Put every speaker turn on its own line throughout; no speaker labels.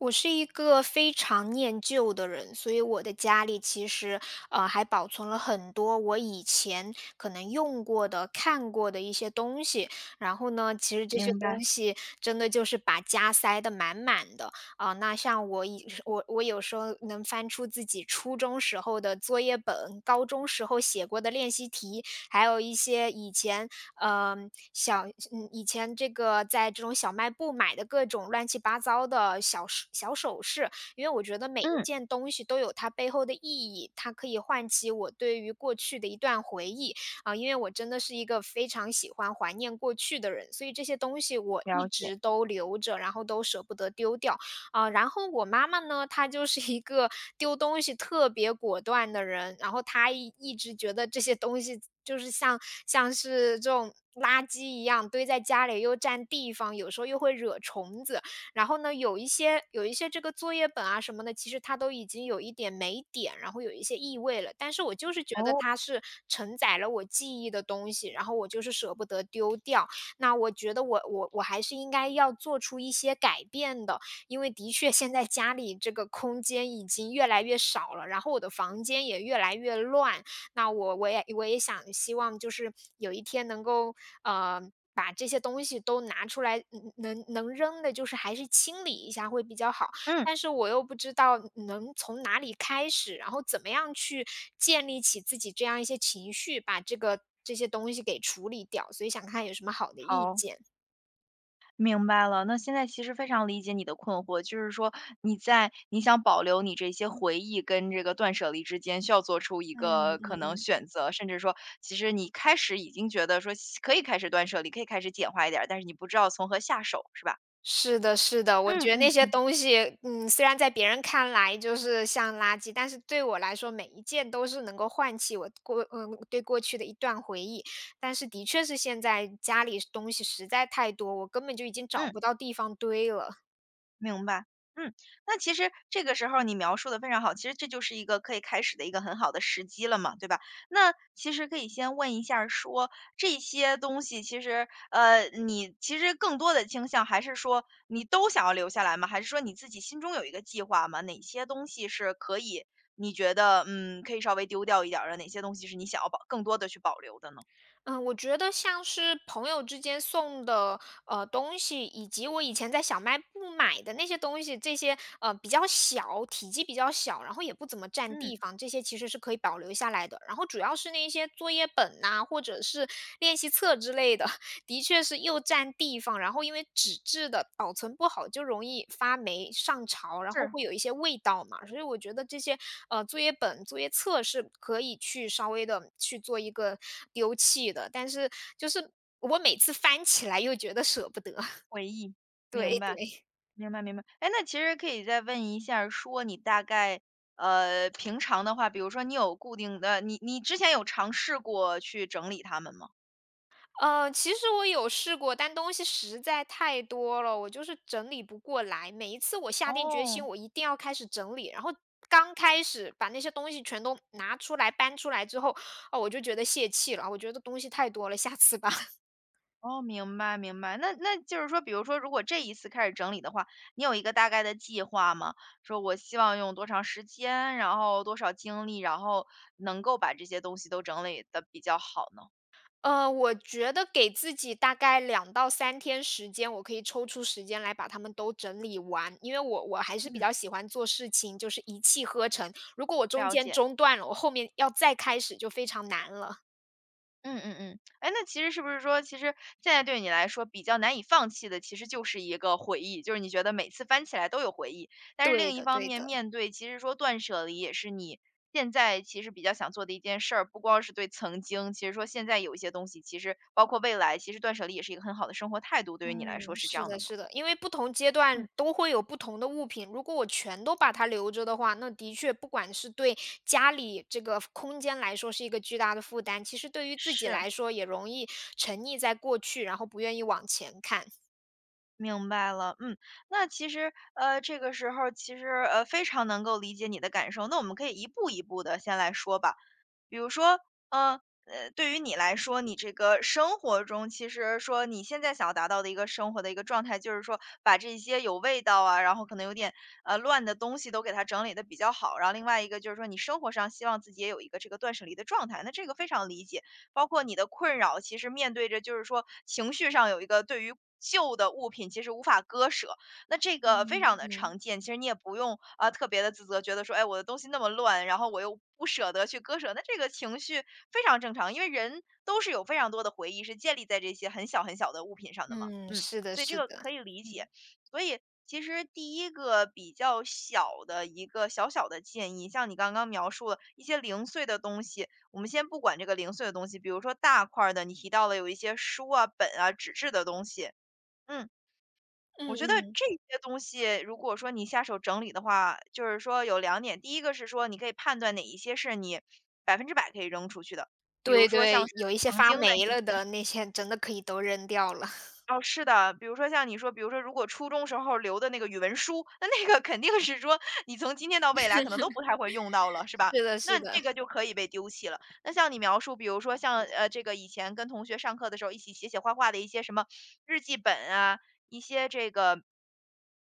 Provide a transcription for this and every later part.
我是一个非常念旧的人，所以我的家里其实，还保存了很多我以前可能用过的、看过的一些东西。然后呢，其实这些
明
东
白，
西真的就是把家塞得满满的啊、那像我以我我有时候能翻出自己初中时候的作业本、高中时候写过的练习题，还有一些以前呃，以前这个在这种小卖部买的各种乱七八糟的小首饰，因为我觉得每一
嗯，
件东西都有它背后的意义，它可以唤起我对于过去的一段回忆啊、因为我真的是一个非常喜欢怀念过去的人，所以这些东西我一
了解，
直都留着，然后都舍不得丢掉。啊，然后我妈妈呢，她就是一个丢东西特别果断的人，然后她一直觉得这些东西就是像这种垃圾一样堆在家里又占地方，有时候又会惹虫子。然后呢，有一些这个作业本啊什么的，其实它都已经有一点霉点，然后有一些异味了，但是我就是觉得
哦，
它是承载了我记忆的东西，然后我就是舍不得丢掉。那我觉得我还是应该要做出一些改变的，因为的确现在家里这个空间已经越来越少了，然后我的房间也越来越乱。那我也想希望就是有一天能够，呃，把这些东西都拿出来，嗯，能能扔的就是还是清理一下会比较好。
嗯，
但是我又不知道能从哪里开始，然后怎么样去建立起自己这样一些情绪，把这些东西给处理掉，所以想看有什么好的意
好，
见。
明白了。那现在其实非常理解你的困惑，就是说你想保留你这些回忆跟这个断舍离之间，需要做出一
嗯
个可能
嗯。
选择，甚至说，其实你开始已经觉得说可以开始断舍离，可以开始简化一点儿，但是你不知道从何下手，是吧？
是的，是的，我
嗯
觉得那
嗯
些
嗯
东西，嗯，虽然在别人看来就是像垃圾，但是对我来说，每一件都是能够唤起我过，嗯，对过去的一段回忆。但是的确是现在家里东西实在太多，我根本就已经找
嗯。
不到地方堆了。
明白，嗯，那其实这个时候你描述的非常好，其实这就是一个可以开始的一个很好的时机了嘛，对吧？那其实可以先问一下儿说，这些东西其实，你其实更多的倾向还是说你都想要留下来吗？还是说你自己心中有一个计划吗？哪些东西是你觉得，可以稍微丢掉一点儿的，哪些东西是你想要更多的去保留的呢？
嗯，我觉得像是朋友之间送的东西，以及我以前在小卖部买的那些东西，这些比较小，体积比较小，然后也不怎么占地
嗯，
方，这些其实是可以保留下来的。然后主要是那些作业本呐、或者是练习册之类的，的确是又占地方，然后因为纸质的保存不好，就容易发霉、上潮，然后
是，
会有一些味道嘛。所以我觉得这些作业本、作业册是可以去稍微的去做一个丢弃的，但是就是我每次翻起来又觉得舍不得。
回忆，明
对
白。
对。
明白明白。哎，那其实可以再问一下儿说你大概平常的话，比如说你有固定的你你之前有尝试过去整理它们吗？
呃，其实我有试过，但东西实在太多了，我就是整理不过来。每一次我下定决
哦，
心，我一定要开始整理，然后刚开始把那些东西全都拿出来搬出来之后，哦，我就觉得泄气了，我觉得东西太多了，下次吧。
哦，明白明白。那就是说，比如说如果这一次开始整理的话，你有一个大概的计划吗？说我希望用多长时间，然后多少精力，然后能够把这些东西都整理的比较好呢？
呃，我觉得给自己大概两到三天时间，我可以抽出时间来把它们都整理完，因为我还是比
嗯，
较喜欢做事情，就是一气呵成。如果我中
了
间
解。
中断了，我后面要再开始就非常难了。
嗯嗯嗯，哎，那其实是不是说，其实现在对你来说比较难以放弃的，其实就是一个回忆，就是你觉得每次翻起来都有回忆。但是另
对
一
的，
方
对
面，
的。
面对其实说断舍离也是你现在其实比较想做的一件事儿，不光是对曾经，其实说现在有一些东西，其实包括未来，其实断舍离也是一个很好的生活态度，对于你来说
嗯，
是这
是
样的
的，
吗？
是的，因为不同阶段
嗯，
都会有不同的物品，如果我全都把它留着的话，那的确不管是对家里这个空间来说是一个巨大的负担，其实对于自己
是。
来说也容易沉溺在过去，然后不愿意往前看。
明白了，嗯，那其实，这个时候其实，非常能够理解你的感受。那我们可以一步一步的先来说吧。比如说，呃对于你来说，你这个生活中其实说你现在想要达到的一个生活的一个状态，就是说把这些有味道啊，然后可能有点乱的东西都给它整理的比较好。然后另外一个就是说，你生活上希望自己也有一个这个断舍离的状态，那这个非常理解。包括你的困扰，其实面对着就是说情绪上有一个对于旧的物品其实无法割舍，那这个非
嗯
常的
嗯。
常见，其实你也不用啊、特别的自责，觉得说，哎，我的东西那么乱，然后我又不舍得去割舍，那这个情绪非常正常，因为人都是有非常多的回忆是建立在这些很小很小的物品上的嘛，
嗯，是的，
所以这
是
个
的，
可以理解。所以其实第一个比较小的一个小小的建议，像你刚刚描述了一些零碎的东西，我们先不管这个零碎的东西，比如说大块儿的，你提到了有一些书啊、本啊、纸质的东西，嗯。我
嗯
觉得
嗯，
这些东西，如果说你下手整理的话，就是说有两点，第一个是说你可以判断哪一些是你百分之百可以扔出去的，比如
对
说像
对，
是
有一些
曾
发
经的
霉
一
了的那些真的可以都扔掉了，
哦，是的，比如说像你说，比如说如果初中时候留的那个语文书，那个肯定是说你从今天到未来可能都不太会用到了，是吧？
是的，是
那这
的。
个就可以被丢弃了。那像你描述，比如说像这个以前跟同学上课的时候一起写写画画的一些什么日记本啊，一些这个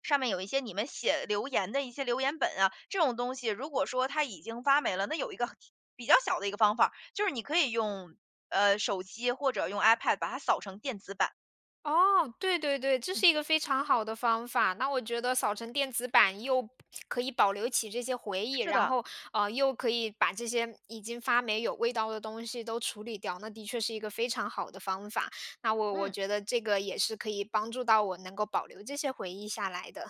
上面有一些你们写留言的一些留言本啊，这种东西，如果说它已经发霉了，那有一个比较小的一个方法，就是你可以用手机或者用 iPad 把它扫成电子版。
哦，对对对，这
嗯
是一个非常好的方法。那我觉得扫成电子版又可以保留起这些回忆，
是
然
的，
后又可以把这些已经发霉有味道的东西都处理掉，那的确是一个非常好的方法。那我
嗯，
觉得这个也是可以帮助到我能够保留这些回忆下来的。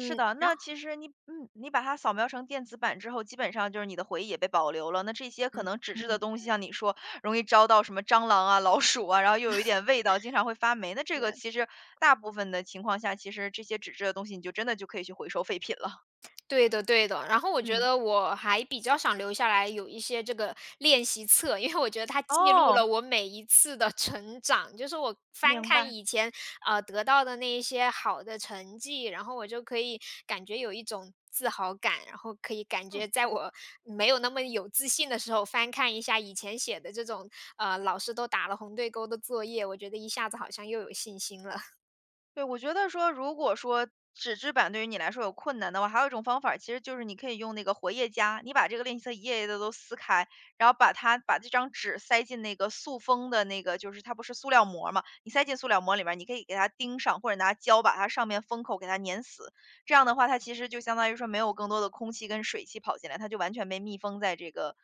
是的。
然
那
后
其实你把它扫描成电子版之后，基本上就是你的回忆也被保留了。那这些可能纸质的
嗯，
东西，像你说，容易招到什么蟑螂啊、老鼠啊，然后又有一点味道，经常会发霉。那这个
对。
其实大部分的情况下，其实这些纸质的东西，你就真的就可以去回收废品了。
对的对的，然后我觉
嗯，
得我还比较想留下来有一些这个练习册，因为我觉得它记录
哦，
了我每一次的成长，就是我翻
明
看
白，
以前得到的那一些好的成绩，然后我就可以感觉有一种自豪感，然后可以感
嗯。
觉在我没有那么有自信的时候，翻看一下以前写的这种老师都打了红对勾的作业，我觉得一下子好像又有信心了。
对，我觉得说，如果说纸质版对于你来说有困难的话，还有一种方法，其实就是你可以用那个活页夹，你把这个练习册一页一页的都撕开，然后把这张纸塞进那个塑封的那个，就是它不是塑料膜儿嘛，你塞进塑料膜里面儿你可以给它钉上，或者拿胶把它上面封口给它粘死。这样的话，它其实就相当于说没有更多的空气跟水汽跑进来，它就完全被密封在这个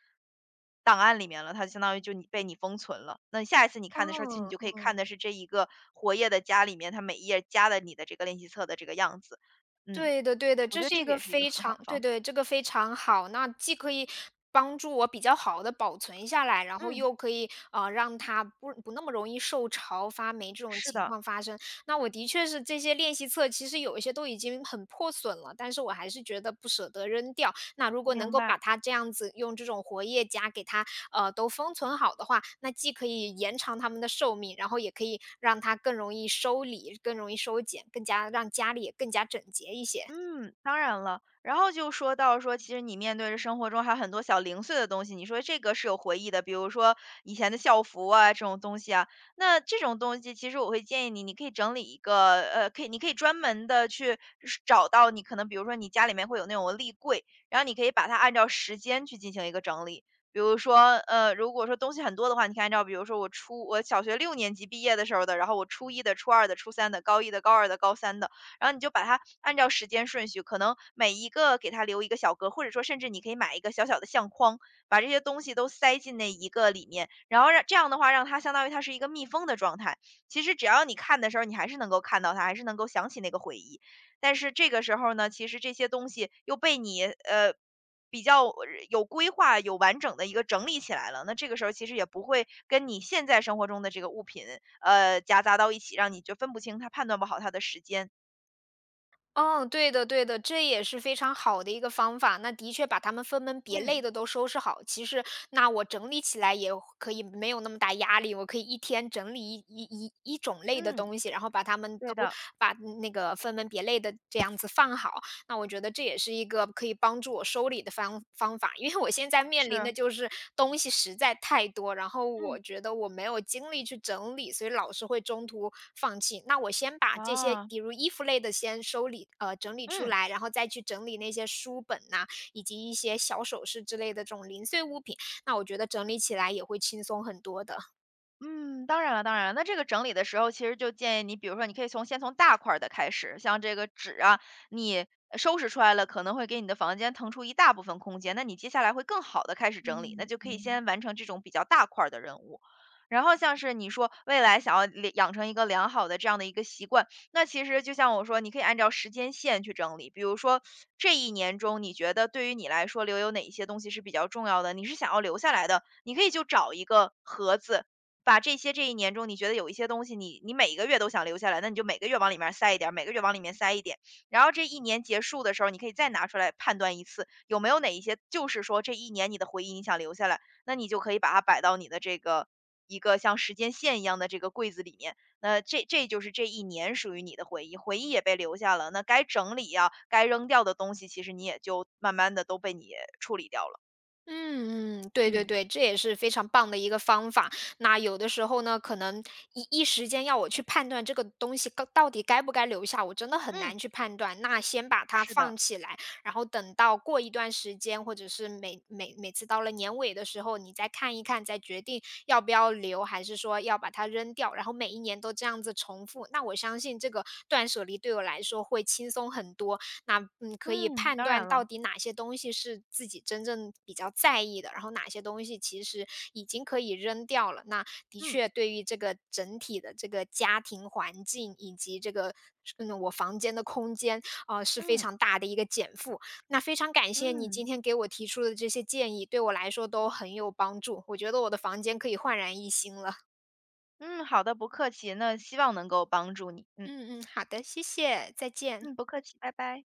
档案里面了，它相当于就你被你封存了。那下一次你看的时候，其实你
哦，
就可以看的是这一个活页的家里面，它每一页加的你的这个练习册的这个样子。嗯，
对的对的，
我
这
觉得
是
这
一
个
个
也是一个
非
很好
常，
的方法。
这个非常好。那既可以帮助我比较好的保存下来，然后
嗯，
又可以，啊，让它不那么容易受潮发霉这种
是
情
的，
况发生。那我的确是这些练习册，其实有一些都已经很破损了，但是我还是觉得不舍得扔掉，那如果能
明
够
白。
把它这样子用这种活页夹给它，都封存好的话，那既可以延长它们的寿命，然后也可以让它更容易收理、更容易收捡，更加让家里也更加整洁一些。
嗯，当然了。然后就说到说，其实你面对着生活中还有很多小零碎的东西，你说这个是有回忆的，比如说以前的校服啊这种东西啊。那这种东西，其实我会建议你，你可以整理一个，你可以专门的去是找到你可能，比如说你家里面会有那种立柜，然后你可以把它按照时间去进行一个整理。比如说，如果说东西很多的话，你可以按照比如说我小学六年级毕业的时候的，然后我初一的、初二的、初三的、高一的、高二的、高三的。然后你就把它按照时间顺序，可能每一个给它留一个小格，或者说甚至你可以买一个小小的相框，把这些东西都塞进那一个里面，然后让这样的话，让它相当于它是一个密封的状态。其实只要你看的时候，你还是能够看到它，还是能够想起那个回忆。但是这个时候呢，其实这些东西又被你比较有规划、有完整的一个整理起来了。那这个时候其实也不会跟你现在生活中的这个物品夹杂到一起，让你就分不清它、判断不好它的时间。
哦，对的对的，这也是非常好的一个方法。那的确把它们分门别
嗯，
类的都收拾好，其实那我整理起来也可以没有那么大压力，我可以一天整理一种类的
嗯，
东西，然后把它们
对
都
的，
把那个分门别类的这样子放好。那我觉得这也是一个可以帮助我收礼的方法，因为我现在面临的
是，
就是东西实在太多，然后
嗯，
我觉得我没有精力去整理，所以老是会中途放弃。那我先把这些，
哇，
比如衣服类的先收理，整理出
嗯。
来，然后再去整理那些书本呐、以及一些小首饰之类的这种零碎物品，那我觉得整理起来也会轻松很多的。
嗯，当然了，当然了。那这个整理的时候，其实就建议你，比如说，你可以先从大块儿的开始，像这个纸啊，你收拾出来了，可能会给你的房间腾出一大部分空间，那你接下来会更好的开始整理，那
嗯
就可以
嗯。
先完成这种比较大块儿的任务。然后像是你说未来想要养成一个良好的这样的一个习惯，那其实就像我说，你可以按照时间线去整理。比如说这一年中，你觉得对于你来说留有哪一些东西是比较重要的，你是想要留下来的，你可以就找一个盒子，把这些这一年中，你觉得有一些东西你每一个月都想留下来，那你就每个月往里面儿塞一点儿，每个月往里面塞一点。然后这一年结束的时候，你可以再拿出来判断一次，有没有哪一些就是说这一年你的回忆你想留下来，那你就可以把它摆到你的这个一个像时间线一样的这个柜子里面。那这就是这一年属于你的回忆，回忆也被留下了。那该整理呀、该扔掉的东西，其实你也就慢慢的都被你处理掉了。
嗯嗯，对对
嗯
对，这也是非常棒的一个方法。那有的时候呢，可能时间要我去判断这个东西到底该不该留下，我真的很
嗯，
难去判断。那先把它
是的，
放起来，然后等到过一段时间，或者是每次到了年尾的时候，你再看一看，再决定要不要留，还是说要把它扔掉。然后每一年都这样子重复，那我相信这个断舍离对我来说会轻松很多。那嗯，可以
嗯，
判
当
断
然
到
了，
底哪些东西是自己真正比较在意的，然后哪些东西其实已经可以扔掉了。那的
嗯
确对于这个整体的这个家庭环境以及这个嗯我房间的空间啊、呃是非
嗯。
常大的一个减负。那非常感谢你
嗯，
今天给我提出的这些建议，对我来说都很有帮助。我觉得我的房间可以焕然一新了。
嗯，好的，不客气，那希望能够帮助你。嗯，
嗯嗯，好的，谢谢，再见。
嗯，不客气，拜拜。